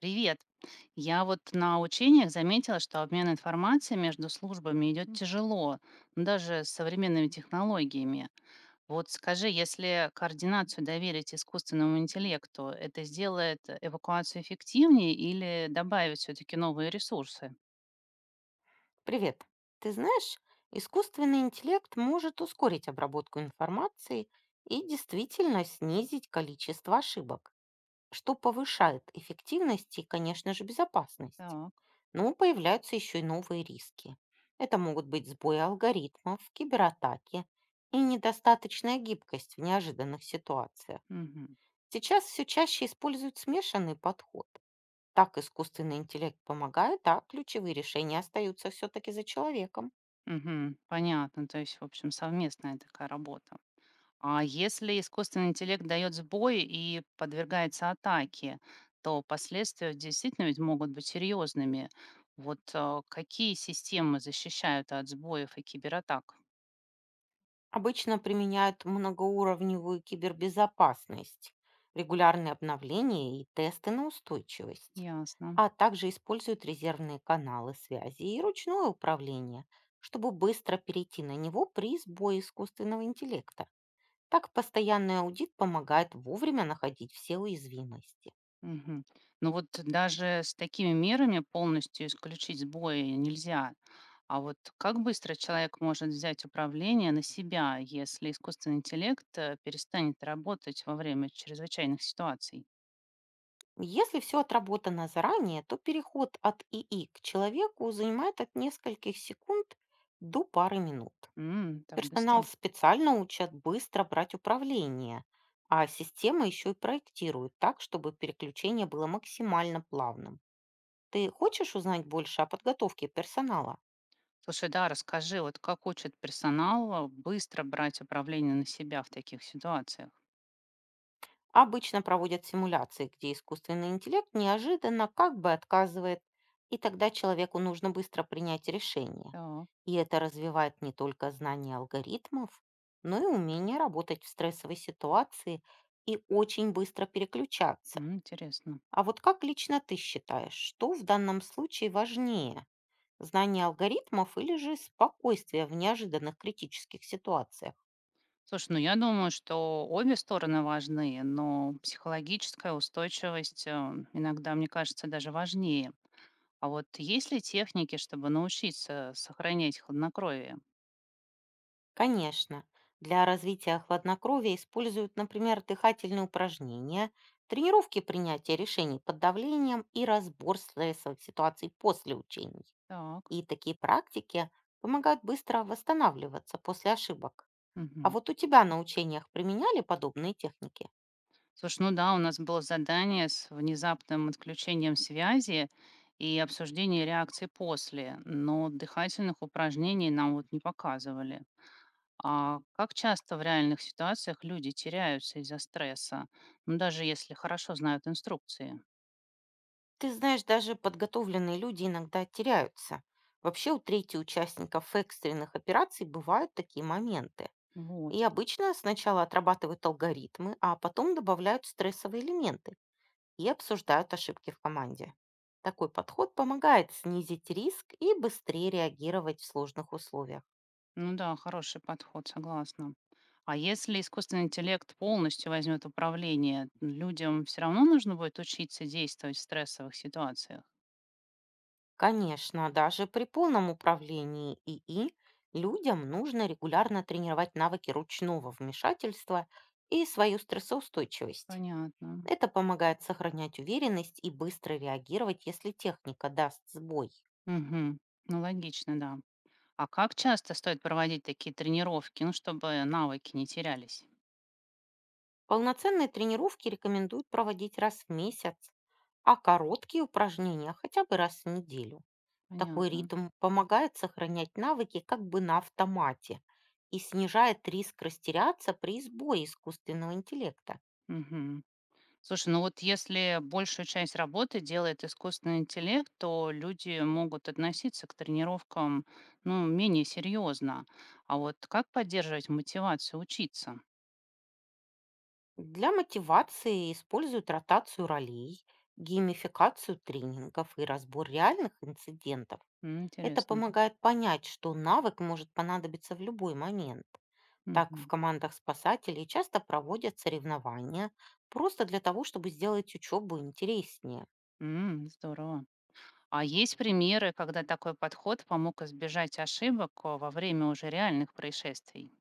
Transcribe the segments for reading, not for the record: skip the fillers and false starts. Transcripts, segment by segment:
Привет. Я вот на учениях заметила, что обмен информацией между службами идет тяжело, ну, даже с современными технологиями. Вот скажи, если координацию доверить искусственному интеллекту, это сделает эвакуацию эффективнее или добавит все-таки новые ресурсы? Привет. Ты знаешь, искусственный интеллект может ускорить обработку информации и действительно снизить количество ошибок, что повышает эффективность и, конечно же, безопасность. Так. Но появляются еще и новые риски. Это могут быть сбои алгоритмов, кибератаки и недостаточная гибкость в неожиданных ситуациях. Мгм. Сейчас все чаще используют смешанный подход. Так искусственный интеллект помогает, а ключевые решения остаются все-таки за человеком. Мгм. Понятно. То есть, в общем, совместная такая работа. А если искусственный интеллект дает сбой и подвергается атаке, то последствия действительно ведь могут быть серьезными. Вот какие системы защищают от сбоев и кибератак? Обычно применяют многоуровневую кибербезопасность, регулярные обновления и тесты на устойчивость, Ясно. а также используют резервные каналы связи и ручное управление, чтобы быстро перейти на него при сбое искусственного интеллекта. Так постоянный аудит помогает вовремя находить все уязвимости. Мгм. Ну вот даже с такими мерами полностью исключить сбои нельзя. А вот как быстро человек может взять управление на себя, если искусственный интеллект перестанет работать во время чрезвычайных ситуаций? Если все отработано заранее, то переход от ИИ к человеку занимает от нескольких секунд до пары минут. М, так Персонал быстро. специально учат быстро брать управление, а системы еще и проектируют так, чтобы переключение было максимально плавным. Ты хочешь узнать больше о подготовке персонала? Слушай, да, расскажи, вот как учат персонал быстро брать управление на себя в таких ситуациях? Обычно проводят симуляции, где искусственный интеллект неожиданно как бы отказывает, и тогда человеку нужно быстро принять решение. Так, И это развивает не только знание алгоритмов, но и умение работать в стрессовой ситуации и очень быстро переключаться. м, интересно. А вот как лично ты считаешь, что в данном случае важнее? Знание алгоритмов или же спокойствие в неожиданных критических ситуациях? Слушай, ну я думаю, что обе стороны важны, но психологическая устойчивость иногда, мне кажется, даже важнее. А вот есть ли техники, чтобы научиться сохранять хладнокровие? Конечно, для развития хладнокровия используют, например, дыхательные упражнения, тренировки принятия решений под давлением и разбор стрессовых ситуаций после учений. Так. И такие практики помогают быстро восстанавливаться после ошибок. А вот у тебя на учениях применяли подобные техники? Слушай, ну да, у нас было задание с внезапным отключением связи и обсуждение реакции после, но дыхательных упражнений нам вот не показывали. А как часто в реальных ситуациях люди теряются из-за стресса, ну даже если хорошо знают инструкции? Ты знаешь, даже подготовленные люди иногда теряются. Вообще у трети участников экстренных операций бывают такие моменты. И Вот. обычно сначала отрабатывают алгоритмы, а потом добавляют стрессовые элементы и обсуждают ошибки в команде. Такой подход помогает снизить риск и быстрее реагировать в сложных условиях. Ну да, хороший подход, согласна. А если искусственный интеллект полностью возьмет управление, людям все равно нужно будет учиться действовать в стрессовых ситуациях? Конечно, даже при полном управлении ИИ людям нужно регулярно тренировать навыки ручного вмешательства и свою стрессоустойчивость. Понятно. Это помогает сохранять уверенность и быстро реагировать, если техника даст сбой. Мгм. Ну, логично, да. А как часто стоит проводить такие тренировки, ну, чтобы навыки не терялись? Полноценные тренировки рекомендуют проводить раз в месяц, а короткие упражнения хотя бы раз в неделю. Такой Понятно. ритм помогает сохранять навыки как бы на автомате и снижает риск растеряться при сбое искусственного интеллекта. Мгм. Слушай, ну вот если большую часть работы делает искусственный интеллект, то люди могут относиться к тренировкам, ну, менее серьезно. А вот как поддерживать мотивацию учиться? Для мотивации используют ротацию ролей, геймификацию тренингов и разбор реальных инцидентов. М, Это интересно. помогает понять, что навык может понадобиться в любой момент. Так в Мгм. командах спасателей часто проводят соревнования просто для того, чтобы сделать учебу интереснее. М, здорово. А есть примеры, когда такой подход помог избежать ошибок во время уже реальных происшествий?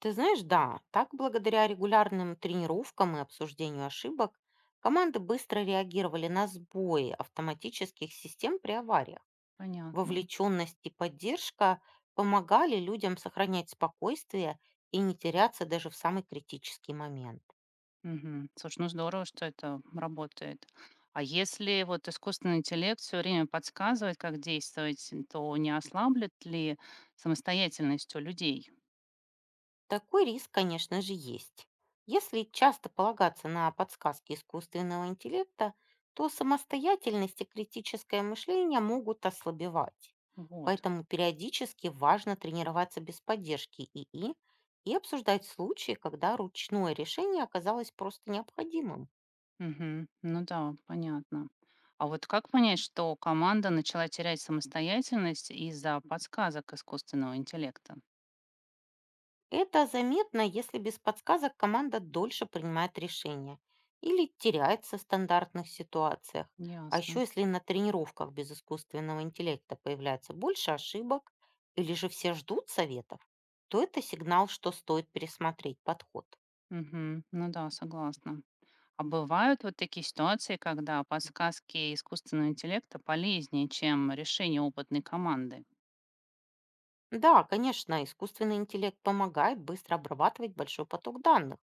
Ты знаешь, да, так благодаря регулярным тренировкам и обсуждению ошибок команды быстро реагировали на сбои автоматических систем при авариях. Понятно. Вовлеченность и поддержка помогали людям сохранять спокойствие и не теряться даже в самый критический момент. Мгм. Слушай, ну здорово, что это работает. А если вот искусственный интеллект все время подсказывает, как действовать, то не ослаблет ли самостоятельность у людей? Такой риск, конечно же, есть. Если часто полагаться на подсказки искусственного интеллекта, то самостоятельность и критическое мышление могут ослабевать. Вот. Поэтому периодически важно тренироваться без поддержки ИИ и обсуждать случаи, когда ручное решение оказалось просто необходимым. Мгм. Ну да, понятно. А вот как понять, что команда начала терять самостоятельность из-за подсказок искусственного интеллекта? Это заметно, если без подсказок команда дольше принимает решения или теряется в стандартных ситуациях. А Ясно. еще если на тренировках без искусственного интеллекта появляется больше ошибок или же все ждут советов, то это сигнал, что стоит пересмотреть подход. Мгм. Ну да, согласна. А бывают вот такие ситуации, когда подсказки искусственного интеллекта полезнее, чем решение опытной команды. Да, конечно, искусственный интеллект помогает быстро обрабатывать большой поток данных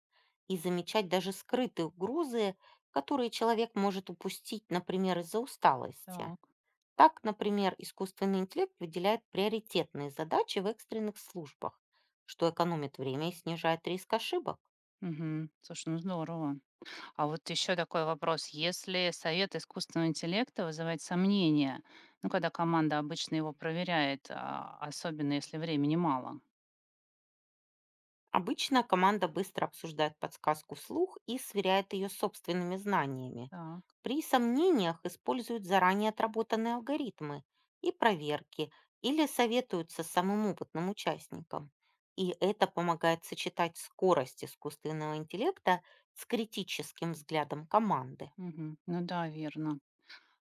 и замечать даже скрытые угрозы, которые человек может упустить, например, из-за усталости. Так. Так, например, искусственный интеллект выделяет приоритетные задачи в экстренных службах, что экономит время и снижает риск ошибок. Мгм. Слушай, ну здорово. А вот еще такой вопрос. Если совет искусственного интеллекта вызывает сомнения, ну, когда команда обычно его проверяет, а особенно если времени мало. Обычно команда быстро обсуждает подсказку вслух и сверяет ее с собственными знаниями. Так. При сомнениях используют заранее отработанные алгоритмы и проверки или советуются с самым опытным участником. И это помогает сочетать скорость искусственного интеллекта с критическим взглядом команды. Мгм. Ну да, верно.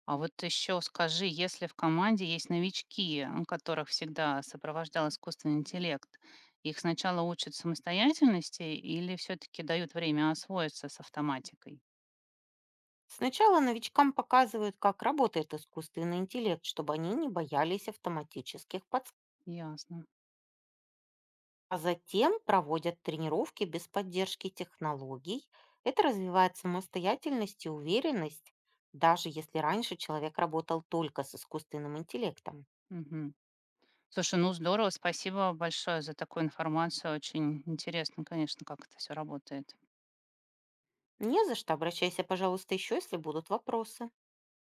А вот еще скажи, если в команде есть новички, м, которых всегда сопровождал искусственный интеллект, их сначала учат самостоятельности или все-таки дают время освоиться с автоматикой? Сначала новичкам показывают, как работает искусственный интеллект, чтобы они не боялись автоматических подсказок. Ясно. А затем проводят тренировки без поддержки технологий. Это развивает самостоятельность и уверенность, даже если раньше человек работал только с искусственным интеллектом. Мгм. Слушай, ну здорово, спасибо большое за такую информацию. Очень интересно, конечно, как это все работает. Не за что, обращайся, пожалуйста, еще, если будут вопросы.